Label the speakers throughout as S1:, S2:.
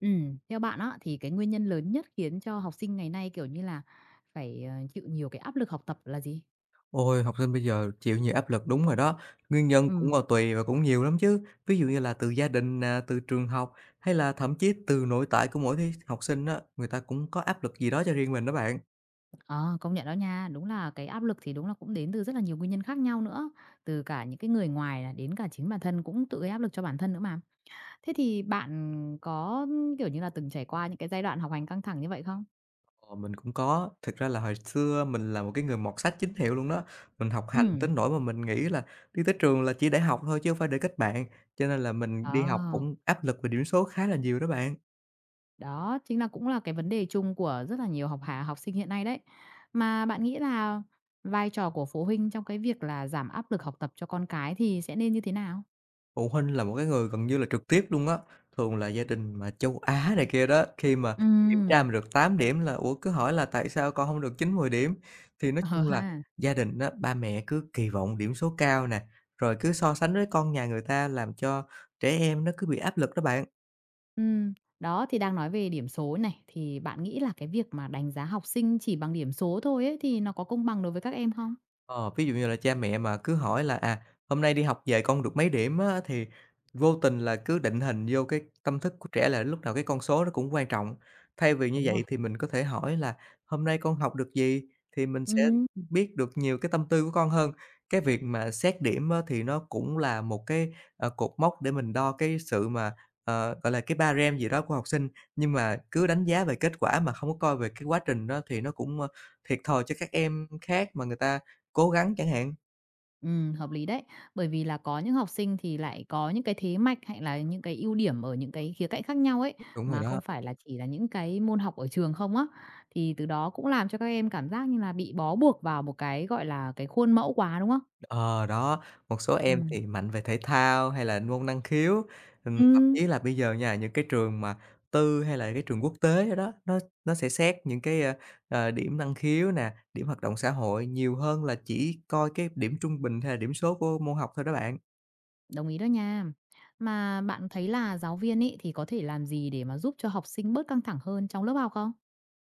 S1: Theo bạn á, thì cái nguyên nhân lớn nhất khiến cho học sinh ngày nay, kiểu như là, phải, chịu nhiều cái áp lực học tập là gì?
S2: Ôi, học sinh bây giờ chịu nhiều áp lực đúng rồi đó, nguyên nhân
S1: Ừ.
S2: cũng, tùy và cũng nhiều lắm chứ. Ví dụ như là từ gia đình nè, từ trường học hay là thậm chí từ nội tại của mỗi thi học sinh á, người ta cũng có áp lực gì đó cho riêng mình đó bạn.
S1: Ờ, công nhận đó nha, đúng là cái áp lực thì đúng là cũng đến từ rất là nhiều nguyên nhân khác nhau nữa, từ cả những cái người ngoài là đến cả chính bản thân cũng tự gây áp lực cho bản thân nữa mà. Thế thì bạn có, kiểu như là, từng trải qua những cái giai đoạn học hành căng thẳng như vậy không?
S2: Ờ, mình cũng có, thực ra là hồi xưa mình là một cái người mọt sách chính hiệu luôn đó, mình học
S1: Ừ.
S2: hành tới nỗi mà mình nghĩ là đi tới trường là chỉ để học thôi chứ không phải để kết bạn, cho nên là mình
S1: Ờ.
S2: đi học cũng áp lực về điểm số khá là nhiều đó bạn.
S1: Đó, chính là cũng là cái vấn đề chung của rất là nhiều học sinh hiện nay đấy. Mà bạn nghĩ là vai trò của phụ huynh trong cái việc là giảm áp lực học tập cho con cái thì sẽ nên như thế nào?
S2: Phụ huynh là một cái người gần như là trực tiếp luôn á, thường là gia đình mà châu Á này kia đó, khi mà kiểm tra
S1: Ừm.
S2: mà được 8 điểm là "Ủa?" cứ hỏi là "Tại sao con không được 9 10 điểm?" Thì nói
S1: Ờ
S2: chung là
S1: ha.
S2: gia đình đó ba mẹ cứ kỳ vọng điểm số cao nè, rồi cứ so sánh với con nhà người ta làm cho trẻ em nó cứ bị áp lực đó bạn.
S1: Ừm, đó, thì đang nói về điểm số này, thì bạn nghĩ là cái việc mà đánh giá học sinh chỉ bằng điểm số thôi ấy, thì nó có công bằng đối với các em không?
S2: Ờ, ví dụ như là cha mẹ mà cứ hỏi là, "Hôm nay đi học về con được mấy điểm?" á, thì vô tình là cứ định hình vô cái tâm thức của trẻ là lúc nào cái con số nó cũng quan trọng. Thay vì như
S1: Đúng
S2: vậy
S1: rồi.
S2: thì mình có thể hỏi là "Hôm nay con học được gì?" thì mình sẽ
S1: Ừm.
S2: biết được nhiều cái tâm tư của con hơn. Cái việc mà xét điểm á, thì nó cũng là một cái, cột mốc để mình đo cái sự mà, gọi là, cái ba-rem gì đó của học sinh, nhưng mà cứ đánh giá về kết quả mà không có coi về cái quá trình đó thì nó cũng, thiệt thòi cho các em khác mà người ta cố gắng chẳng hạn,
S1: Hợp lý đấy. Bởi vì là có những học sinh thì lại có những cái thế mạnh hay là những cái ưu điểm ở những cái khía cạnh khác nhau ấy,
S2: đúng rồi
S1: mà
S2: đó.
S1: không phải là chỉ là những cái môn học ở trường không á. Thì từ đó cũng làm cho các em cảm giác như là bị bó buộc vào một cái, gọi là, cái khuôn mẫu quá, đúng không?
S2: Ờ, đó, một số em
S1: Ừm.
S2: thì mạnh về thể thao hay là môn năng khiếu, thậm
S1: Ừm.
S2: chí là bây giờ nha, những cái trường mà tư hay là cái trường quốc tế đó đó, nó sẽ xét những cái, điểm năng khiếu nè, điểm hoạt động xã hội nhiều hơn là chỉ coi cái điểm trung bình hay là điểm số của môn học thôi đó bạn.
S1: Đồng ý đó nha. Mà bạn thấy là giáo viên ấy thì có thể làm gì để mà giúp cho học sinh bớt căng thẳng hơn trong lớp học không?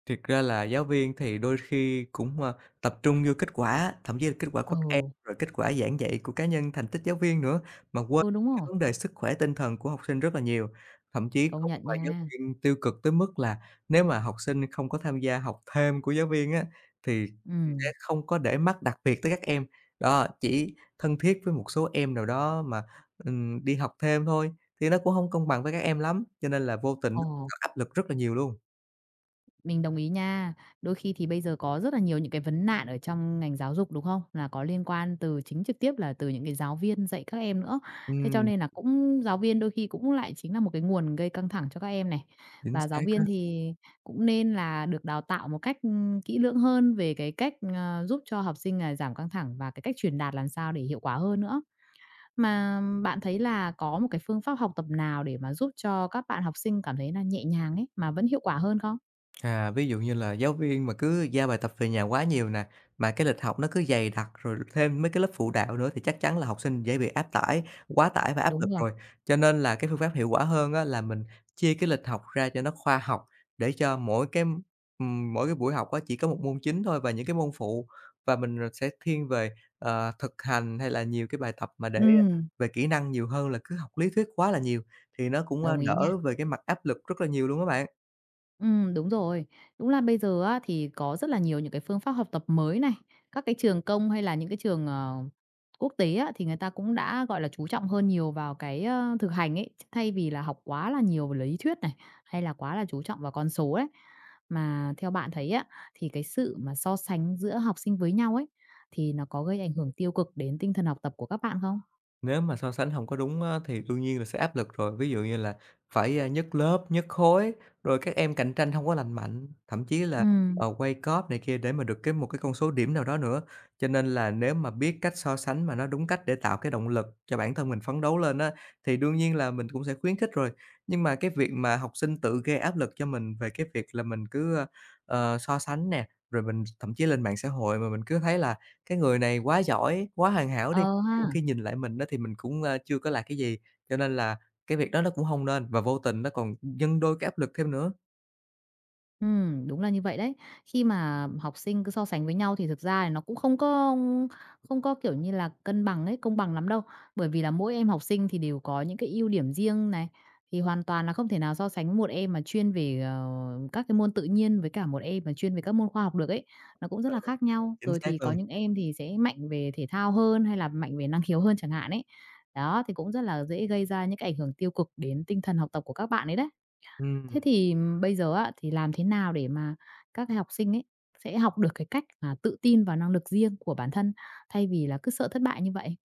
S2: Thiệt ra là giáo viên thì đôi khi cũng, tập trung vô kết quả, thậm chí là kết quả của
S1: Ừ,
S2: các em, rồi kết quả giảng dạy của cá nhân, thành tích giáo viên nữa, mà quên
S1: ừ, đúng
S2: cái
S1: rồi,
S2: vấn đề sức khỏe tinh thần của học sinh rất là nhiều. Thậm chí
S1: công
S2: có một
S1: nhận
S2: vài giáo
S1: nha.
S2: viên tiêu cực tới mức là nếu mà học sinh không có tham gia học thêm của giáo viên á, thì sẽ
S1: Ừm.
S2: không có để mắt đặc biệt tới các em. Đó, chỉ thân thiết với một số em nào đó mà, đi học thêm thôi, thì nó cũng không công bằng với các em lắm, cho nên là vô tình
S1: Ờ.
S2: nó áp lực rất là nhiều luôn.
S1: Mình đồng ý nha. Đôi khi thì bây giờ có rất là nhiều những cái vấn nạn ở trong ngành giáo dục, đúng không? Là có liên quan từ chính trực tiếp là từ những cái giáo viên dạy các em nữa. Thế cho
S2: Ừm.
S1: nên là cũng giáo viên đôi khi cũng lại chính là một cái nguồn gây căng thẳng cho các em này.
S2: Chính
S1: Và giáo
S2: xác á.
S1: viên thì cũng nên là được đào tạo một cách, kỹ lưỡng hơn về cái cách, giúp cho học sinh là giảm căng thẳng và cái cách truyền đạt làm sao để hiệu quả hơn nữa. Mà bạn thấy là có một cái phương pháp học tập nào để mà giúp cho các bạn học sinh cảm thấy là nhẹ nhàng ấy, mà vẫn hiệu quả hơn không?
S2: À, ví dụ như là giáo viên mà cứ giao bài tập về nhà quá nhiều nè, mà cái lịch học nó cứ dày đặc rồi thêm mấy cái lớp phụ đạo nữa thì chắc chắn là học sinh dễ bị áp tải, quá tải và áp lực
S1: Đúng rồi.
S2: rồi. Cho nên là cái phương pháp hiệu quả hơn á là mình chia cái lịch học ra cho nó khoa học để cho mỗi cái buổi học á chỉ có một môn chính thôi và những cái môn phụ và mình, sẽ thiên về, thực hành hay là nhiều cái bài tập mà để,
S1: Ừm,
S2: về kỹ năng nhiều hơn là cứ học lý thuyết quá là nhiều thì nó cũng,
S1: đồng ý nha.
S2: đỡ về cái mặt áp lực rất là nhiều luôn các bạn.
S1: Đúng rồi. Đúng là bây giờ á, thì có rất là nhiều những cái phương pháp học tập mới này, các cái trường công hay là những cái trường, quốc tế á, thì người ta cũng đã, gọi là, chú trọng hơn nhiều vào cái, thực hành ấy, thay vì là học quá là nhiều về lý thuyết này, hay là quá là chú trọng vào con số đấy. Mà theo bạn thấy á, thì cái sự mà so sánh giữa học sinh với nhau ấy, thì nó có gây ảnh hưởng tiêu cực đến tinh thần học tập của các bạn không?
S2: Nếu mà so sánh không có đúng á, thì đương nhiên là sẽ áp lực rồi. Ví dụ như là phải, nhất lớp, nhất khối, rồi các em cạnh tranh không có lành mạnh, thậm chí là,
S1: Ừ.
S2: quay cóp này kia để mà được cái một cái con số điểm nào đó nữa. Cho nên là nếu mà biết cách so sánh mà nó đúng cách để tạo cái động lực cho bản thân mình phấn đấu lên á, thì đương nhiên là mình cũng sẽ khuyến khích rồi. Nhưng mà cái việc mà học sinh tự gây áp lực cho mình về cái việc là mình cứ, so sánh nè, rồi mình thậm chí lên mạng xã hội mà mình cứ thấy là cái người này quá giỏi, quá hoàn hảo đi,
S1: Ờ
S2: trong
S1: ha.
S2: khi nhìn lại mình đó thì mình cũng, chưa có là cái gì, cho nên là cái việc đó nó cũng không nên và vô tình nó còn nhân đôi cái áp lực thêm nữa.
S1: Đúng là như vậy đấy. Khi mà học sinh cứ so sánh với nhau thì thực ra là nó cũng không có, kiểu như là, cân bằng ấy, công bằng lắm đâu. Bởi vì là mỗi em học sinh thì đều có những cái ưu điểm riêng này, thì hoàn toàn là không thể nào so sánh một em mà chuyên về, các cái môn tự nhiên với cả một em mà chuyên về các môn khoa học được ấy. Nó cũng rất
S2: Ừ.
S1: là khác nhau,
S2: Chính
S1: rồi
S2: xác
S1: thì có
S2: luôn.
S1: những em thì sẽ mạnh về thể thao hơn hay là mạnh về năng khiếu hơn chẳng hạn ấy. Đó, thì cũng rất là dễ gây ra những cái ảnh hưởng tiêu cực đến tinh thần học tập của các bạn ấy đấy. Thế
S2: Ừm.
S1: thì bây giờ á, thì làm thế nào để mà các cái học sinh ấy sẽ học được cái cách mà tự tin vào năng lực riêng của bản thân, thay vì là cứ sợ thất bại như vậy?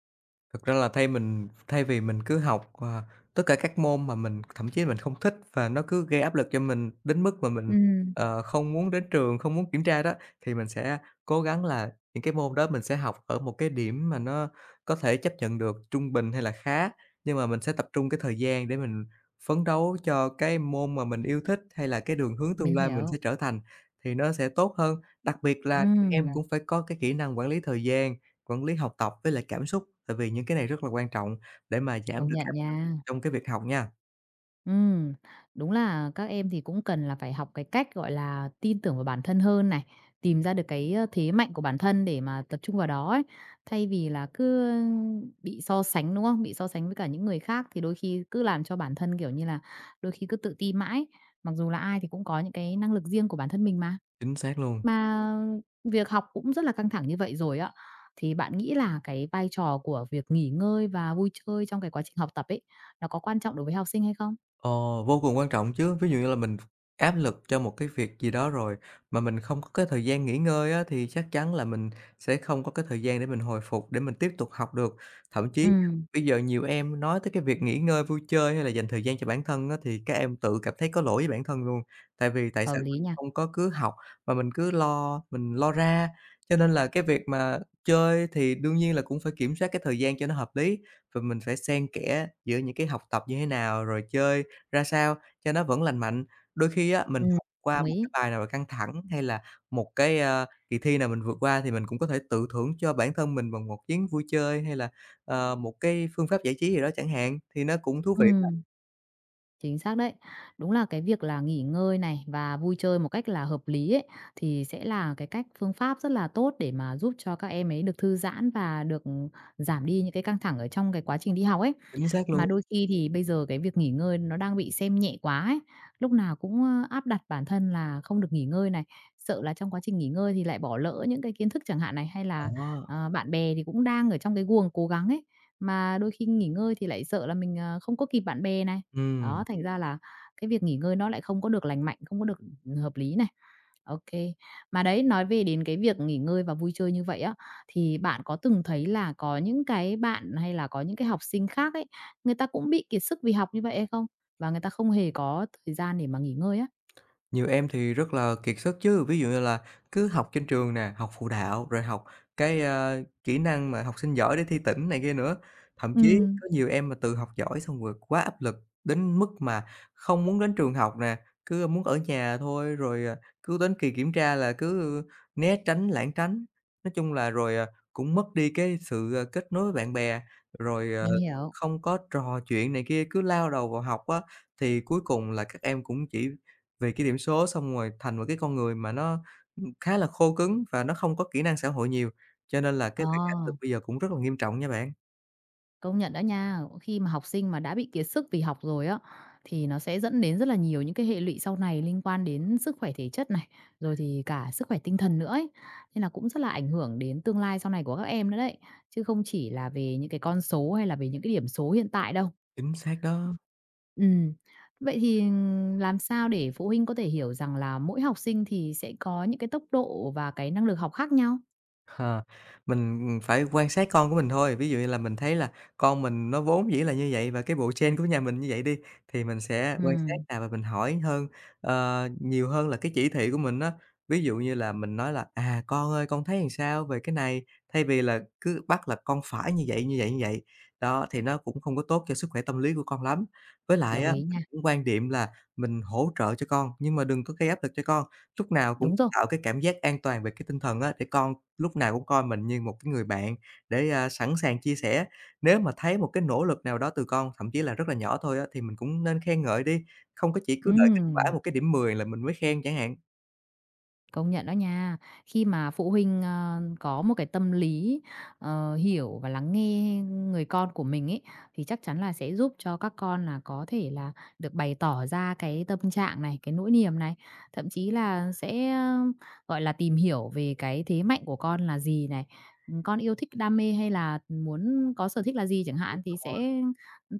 S2: Thực ra là thay vì mình cứ học, tất cả các môn mà mình thậm chí mình không thích và nó cứ gây áp lực cho mình đến mức mà mình,
S1: Ừm.
S2: không muốn đến trường, không muốn kiểm tra đó, thì mình sẽ cố gắng là những cái môn đó mình sẽ học ở một cái điểm mà nó có thể chấp nhận được, trung bình hay là khá. Nhưng mà mình sẽ tập trung cái thời gian để mình phấn đấu cho cái môn mà mình yêu thích, hay là cái đường hướng tương
S1: Mình
S2: lai mình
S1: hiểu.
S2: sẽ trở thành thì nó sẽ tốt hơn. Đặc biệt là các em
S1: Ừm,
S2: cũng phải có cái kỹ năng quản lý thời gian, quản lý học tập với lại cảm xúc, tại vì những cái này rất là quan trọng để mà giảm
S1: công
S2: được áp
S1: nhận
S2: lực
S1: nha.
S2: trong cái việc học nha.
S1: Ừm, đúng là các em thì cũng cần là phải học cái cách, gọi là, tin tưởng vào bản thân hơn này, tìm ra được cái, thế mạnh của bản thân để mà tập trung vào đó ấy, thay vì là cứ bị so sánh, đúng không? Bị so sánh với cả những người khác thì đôi khi cứ làm cho bản thân, kiểu như là, đôi khi cứ tự ti mãi, mặc dù là ai thì cũng có những cái năng lực riêng của bản thân mình mà.
S2: Chính xác luôn.
S1: Mà việc học cũng rất là căng thẳng như vậy rồi á, thì bạn nghĩ là cái vai trò của việc nghỉ ngơi và vui chơi trong cái quá trình học tập ấy, nó có quan trọng đối với học sinh hay không?
S2: Ồ, vô cùng quan trọng chứ. Ví dụ như là mình áp lực cho một cái việc gì đó rồi mà mình không có cái thời gian nghỉ ngơi á, thì chắc chắn là mình sẽ không có cái thời gian để mình hồi phục, để mình tiếp tục học được. Thậm chí
S1: Ừ.
S2: nha, bây giờ nhiều em nói tới cái việc nghỉ ngơi, vui chơi hay là dành thời gian cho bản thân á, thì các em tự cảm thấy có lỗi với bản thân luôn. Tại vì tại
S1: Hợp
S2: sao mình
S1: lý nha.
S2: không có cứ học mà mình cứ lo mình lo ra. Cho nên là cái việc mà chơi thì đương nhiên là cũng phải kiểm soát cái thời gian cho nó hợp lý và mình phải xen kẽ giữa những cái học tập như thế nào, rồi chơi ra sao cho nó vẫn lành mạnh. Đôi khi á, mình
S1: Ừm,
S2: học qua
S1: đồng
S2: một cái
S1: ý.
S2: bài nào căng thẳng hay là một cái, kỳ thi nào mình vượt qua thì mình cũng có thể tự thưởng cho bản thân mình bằng một chuyến vui chơi hay là, một cái phương pháp giải trí gì đó chẳng hạn, thì nó cũng thú vị mà.
S1: Ừm. Chính xác đấy. Đúng là cái việc là nghỉ ngơi này và vui chơi một cách là hợp lý ấy, thì sẽ là cái cách phương pháp rất là tốt để mà giúp cho các em ấy được thư giãn và được ừ, giảm đi những cái căng thẳng ở trong cái quá trình đi học ấy.
S2: Chính xác luôn,
S1: Mà đôi khi thì bây giờ cái việc nghỉ ngơi nó đang bị xem nhẹ quá ấy, lúc nào cũng, áp đặt bản thân là không được nghỉ ngơi này, sợ là trong quá trình nghỉ ngơi thì lại bỏ lỡ những cái kiến thức chẳng hạn này, hay là,
S2: đó,
S1: bạn bè thì cũng đang ở trong cái guồng cố gắng ấy, mà đôi khi nghỉ ngơi thì lại sợ là mình, không có kịp bạn bè này.
S2: ừm.
S1: Đó, thành ra là cái việc nghỉ ngơi nó lại không có được lành mạnh, không có được, ừ, hợp lý này. Ok. Mà đấy, nói về đến cái việc nghỉ ngơi và vui chơi như vậy á, thì bạn có từng thấy là có những cái bạn hay là có những cái học sinh khác ấy, người ta cũng bị kiệt sức vì học như vậy hay không? Và người ta không hề có thời gian để mà nghỉ ngơi á?
S2: Nhiều em thì rất là kiệt sức chứ, ví dụ như là cứ học trên trường nè, học phụ đạo, rồi học cái, kỹ năng mà học sinh giỏi để thi tỉnh này kia nữa. Thậm chí
S1: Ừm.
S2: có nhiều em mà tự học giỏi xong rồi quá áp lực đến mức mà không muốn đến trường học nè, cứ muốn ở nhà thôi, rồi, cứ đến kỳ kiểm tra là cứ né tránh, lảng tránh. Nói chung là rồi, cũng mất đi cái sự, kết nối với bạn bè, rồi,
S1: Mình hiểu.
S2: không có trò chuyện này kia, cứ lao đầu vào học á, thì cuối cùng là các em cũng chỉ vì cái điểm số xong rồi thành một cái con người mà nó, khá là khô cứng và nó không có kỹ năng xã hội nhiều, cho nên là cái
S1: Ờ.
S2: việc áp lực bây giờ cũng rất là nghiêm trọng nha bạn.
S1: Công nhận đã nha. Khi mà học sinh mà đã bị kiệt sức vì học rồi á, thì nó sẽ dẫn đến rất là nhiều những cái hệ lụy sau này liên quan đến sức khỏe thể chất này, rồi thì cả sức khỏe tinh thần nữa ấy. Nên là cũng rất là ảnh hưởng đến tương lai sau này của các em nữa đấy, chứ không chỉ là về những cái con số hay là về những cái điểm số hiện tại đâu.
S2: Chính xác đó.
S1: Ừm. Vậy thì làm sao để phụ huynh có thể hiểu rằng là mỗi học sinh thì sẽ có những cái tốc độ và cái năng lực học khác nhau?
S2: Ha, mình phải quan sát con của mình thôi. Ví dụ như là mình thấy là con mình nó vốn dĩ là như vậy và cái bộ gen của nhà mình như vậy đi, thì mình sẽ quan sát
S1: Ừm,
S2: nè và mình hỏi hơn, nhiều hơn là cái chỉ thị của mình á. Ví dụ như là mình nói là "À, con ơi, con thấy làm sao về cái này?" Thay vì là cứ bắt là "Con phải như vậy, như vậy, như vậy." Đó, thì nó cũng không có tốt cho sức khỏe tâm lý của con lắm. Với lại á,
S1: đồng ý
S2: Mình
S1: nha.
S2: cũng quan điểm là mình hỗ trợ cho con nhưng mà đừng có gây áp lực cho con. Lúc nào cũng
S1: Đúng rồi.
S2: tạo cái cảm giác an toàn về cái tinh thần á, để con lúc nào cũng coi mình như một cái người bạn để, sẵn sàng chia sẻ. Nếu mà thấy một cái nỗ lực nào đó từ con, thậm chí là rất là nhỏ thôi á, thì mình cũng nên khen ngợi đi, không có chỉ cứ đợi kết quả
S1: Ừm.
S2: một cái điểm 10 là mình mới khen chẳng hạn.
S1: Công nhận đó nha. Khi mà phụ huynh, có một cái tâm lý, hiểu và lắng nghe người con của mình ấy, thì chắc chắn là sẽ giúp cho các con là có thể là được bày tỏ ra cái tâm trạng này, cái nỗi niềm này, thậm chí là sẽ, gọi là, tìm hiểu về cái thế mạnh của con là gì này, con yêu thích, đam mê hay là muốn có sở thích là gì chẳng
S2: Đúng
S1: hạn, thì
S2: rồi.
S1: sẽ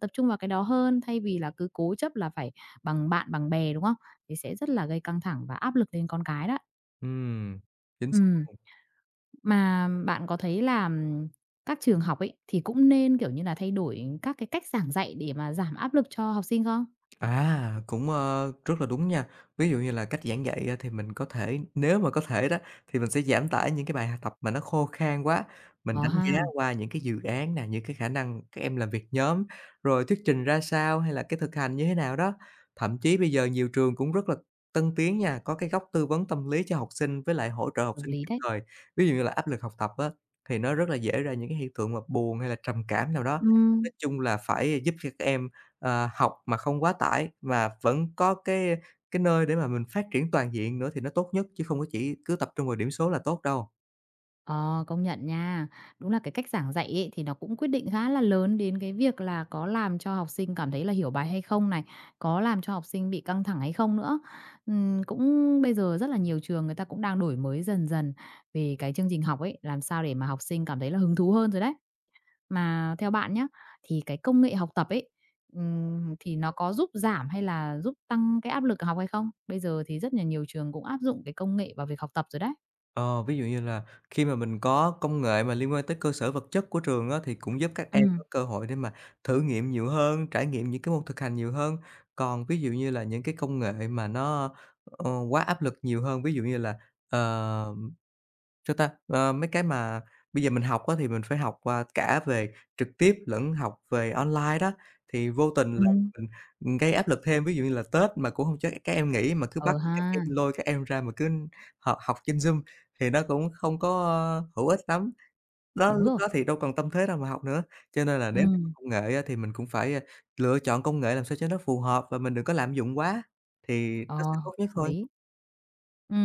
S1: tập trung vào cái đó hơn thay vì là cứ cố chấp là phải bằng bạn, bằng bè, đúng không? Thì sẽ rất là gây căng thẳng và áp lực lên con cái đó.
S2: Ừm, chính xác.
S1: Ừm, mà bạn có thấy là, các trường học ấy, thì cũng nên, kiểu như là, thay đổi các cái cách giảng dạy để mà giảm áp lực cho học sinh không?
S2: À, cũng, rất là đúng nha. Ví dụ như là cách giảng dạy, thì mình có thể nếu mà có thể đó, thì mình sẽ giảm tải những cái bài học tập mà nó khô khan quá. Mình
S1: Ờ
S2: đánh giá
S1: ha,
S2: qua những cái dự án nè, những cái khả năng các em làm việc nhóm, rồi thuyết trình ra sao hay là cái thực hành như thế nào đó. Thậm chí bây giờ nhiều trường cũng rất là tân tiến nha, có cái góc tư vấn tâm lý cho học sinh với lại hỗ trợ học
S1: hợp
S2: sinh
S1: lý
S2: kịp
S1: đấy.
S2: thời. Ví dụ như là áp lực học tập á, thì nó rất là dễ ra những cái hiện tượng mà buồn hay là trầm cảm nào đó. Nói
S1: Ừm,
S2: chung là phải giúp cho các em học mà không quá tải và vẫn có cái nơi để mà mình phát triển toàn diện nữa thì nó tốt nhất, chứ không có chỉ cứ tập trung vào điểm số là tốt đâu.
S1: ờ, công nhận nha. Đúng là cái cách giảng dạy ấy, thì nó cũng quyết định khá là lớn đến cái việc là có làm cho học sinh cảm thấy là hiểu bài hay không này, có làm cho học sinh bị căng thẳng hay không nữa. Cũng bây giờ rất là nhiều trường người ta cũng đang đổi mới dần dần về cái chương trình học ấy, làm sao để mà học sinh cảm thấy là hứng thú hơn rồi đấy. Mà theo bạn nhé thì cái công nghệ học tập ấy, thì nó có giúp giảm hay là giúp tăng cái áp lực học hay không? Bây giờ thì rất là nhiều trường cũng áp dụng cái công nghệ vào việc học tập rồi đấy.
S2: Ờ, ví dụ như là khi mà mình có công nghệ mà liên quan tới cơ sở vật chất của trường á, thì cũng giúp các
S1: Ừ,
S2: em có cơ hội để mà thử nghiệm nhiều hơn, trải nghiệm những cái môn thực hành nhiều hơn. Còn ví dụ như là những cái công nghệ mà nó, quá áp lực nhiều hơn, ví dụ như là, ờ, sao ta, mấy cái mà bây giờ mình học á, thì mình phải học, à, cả về trực tiếp lẫn học về online đó, thì vô tình là
S1: ừm,
S2: mình, gây áp lực thêm. Ví dụ như là Tết mà cũng không cho các em nghỉ mà cứ bắt
S1: ờ
S2: các em
S1: ha,
S2: lôi các em ra mà cứ học học trên Zoom thì nó cũng không có, hữu ích lắm, đó
S1: đúng
S2: lúc
S1: rồi.
S2: đó thì đâu còn tâm thế nào mà học nữa. Cho nên là
S1: Ừ,
S2: nếu mà có công nghệ á, thì mình cũng phải, lựa chọn công nghệ làm sao cho nó phù hợp và mình đừng có lạm dụng quá, thì nó
S1: ờ,
S2: sẽ tốt nhất
S1: hợp
S2: thôi.
S1: lý. Ừ,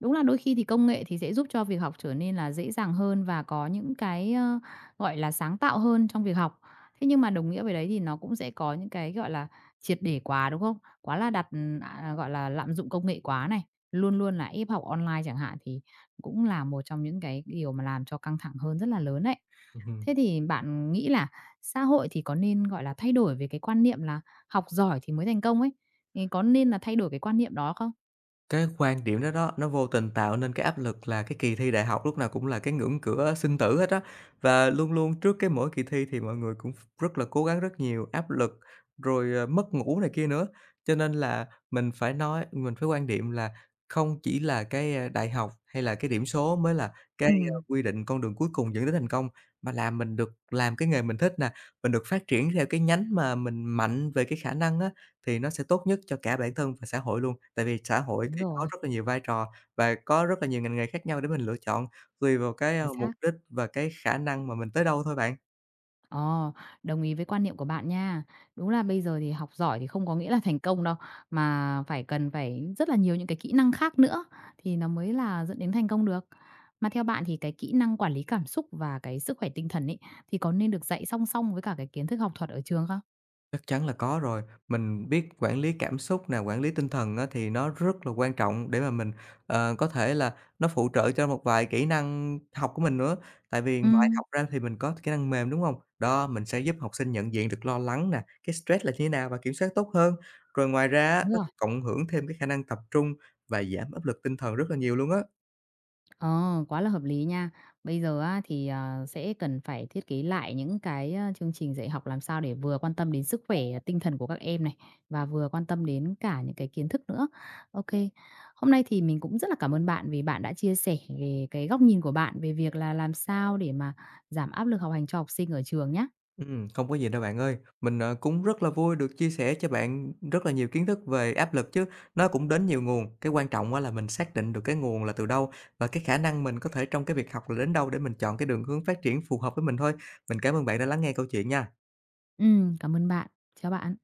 S1: đúng là đôi khi thì công nghệ thì sẽ giúp cho việc học trở nên là dễ dàng hơn và có những cái, gọi là, sáng tạo hơn trong việc học. Thế nhưng mà đồng nghĩa với đấy thì nó cũng sẽ có những cái, gọi là, triệt để quá, đúng không? Quá là đặt, gọi là, lạm dụng công nghệ quá này, luôn luôn là ép học online chẳng hạn, thì cũng là một trong những cái điều mà làm cho căng thẳng hơn rất là lớn đấy.
S2: Ừm.
S1: Thế thì bạn nghĩ là xã hội thì có nên, gọi là, thay đổi về cái quan niệm là học giỏi thì mới thành công ấy, thì có nên là thay đổi cái quan niệm đó không?
S2: Cái quan điểm đó đó, nó vô tình tạo nên cái áp lực là cái kỳ thi đại học lúc nào cũng là cái ngưỡng cửa sinh tử hết á. Và luôn luôn trước cái mỗi kỳ thi thì mọi người cũng rất là cố gắng rất nhiều, áp lực, rồi, mất ngủ này kia nữa. Cho nên là mình phải nói mình phải quan điểm là không chỉ là cái, đại học hay là cái điểm số mới là cái,
S1: Ừ,
S2: quy định con đường cuối cùng dẫn đến thành công, mà là mình được làm cái nghề mình thích nè, mình được phát triển theo cái nhánh mà mình mạnh về cái khả năng á, thì nó sẽ tốt nhất cho cả bản thân và xã hội luôn. Tại vì xã hội
S1: đúng
S2: thì có
S1: rồi.
S2: rất là nhiều vai trò và có rất là nhiều ngành nghề khác nhau để mình lựa chọn, tùy vào cái,
S1: Chính
S2: mục
S1: xác.
S2: đích và cái khả năng mà mình tới đâu thôi bạn.
S1: Ờ, đồng ý với quan niệm của bạn nha. Đúng là bây giờ thì học giỏi thì không có nghĩa là thành công đâu, mà phải cần phải rất là nhiều những cái kỹ năng khác nữa thì nó mới là dẫn đến thành công được. Mà theo bạn thì cái kỹ năng quản lý cảm xúc và cái sức khỏe tinh thần ấy, thì có nên được dạy song song với cả cái kiến thức học thuật ở trường không?
S2: Chắc chắn là có rồi. Mình biết quản lý cảm xúc nè, quản lý tinh thần á, thì nó rất là quan trọng để mà mình, có thể là nó phụ trợ cho một vài kỹ năng học của mình nữa. Tại vì
S1: Ừ,
S2: ngoài học ra thì mình có kỹ năng mềm, đúng không? Đó, mình sẽ giúp học sinh nhận diện được lo lắng nè, cái stress là như thế nào và kiểm soát tốt hơn. Rồi ngoài ra á,
S1: đúng
S2: nó
S1: rồi.
S2: còn cộng hưởng thêm cái khả năng tập trung và giảm áp lực tinh thần rất là nhiều luôn á.
S1: Ờ, quá là hợp lý nha. Bây giờ á, thì sẽ cần phải thiết kế lại những cái chương trình dạy học làm sao để vừa quan tâm đến sức khỏe tinh thần của các em này và vừa quan tâm đến cả những cái kiến thức nữa. Ok. Hôm nay thì mình cũng rất là cảm ơn bạn vì bạn đã chia sẻ về cái góc nhìn của bạn về việc là làm sao để mà giảm áp lực học hành cho học sinh ở trường nhé.
S2: Không có gì đâu bạn ơi. Mình, cũng rất là vui được chia sẻ cho bạn rất là nhiều kiến thức về áp lực chứ, nó cũng đến nhiều nguồn. Cái quan trọng á là mình xác định được cái nguồn là từ đâu và cái khả năng mình có thể trong cái việc học là đến đâu để mình chọn cái đường hướng phát triển phù hợp với mình thôi. Mình cảm ơn bạn đã lắng nghe câu chuyện nha.
S1: Ừ, cảm ơn bạn. Chào bạn.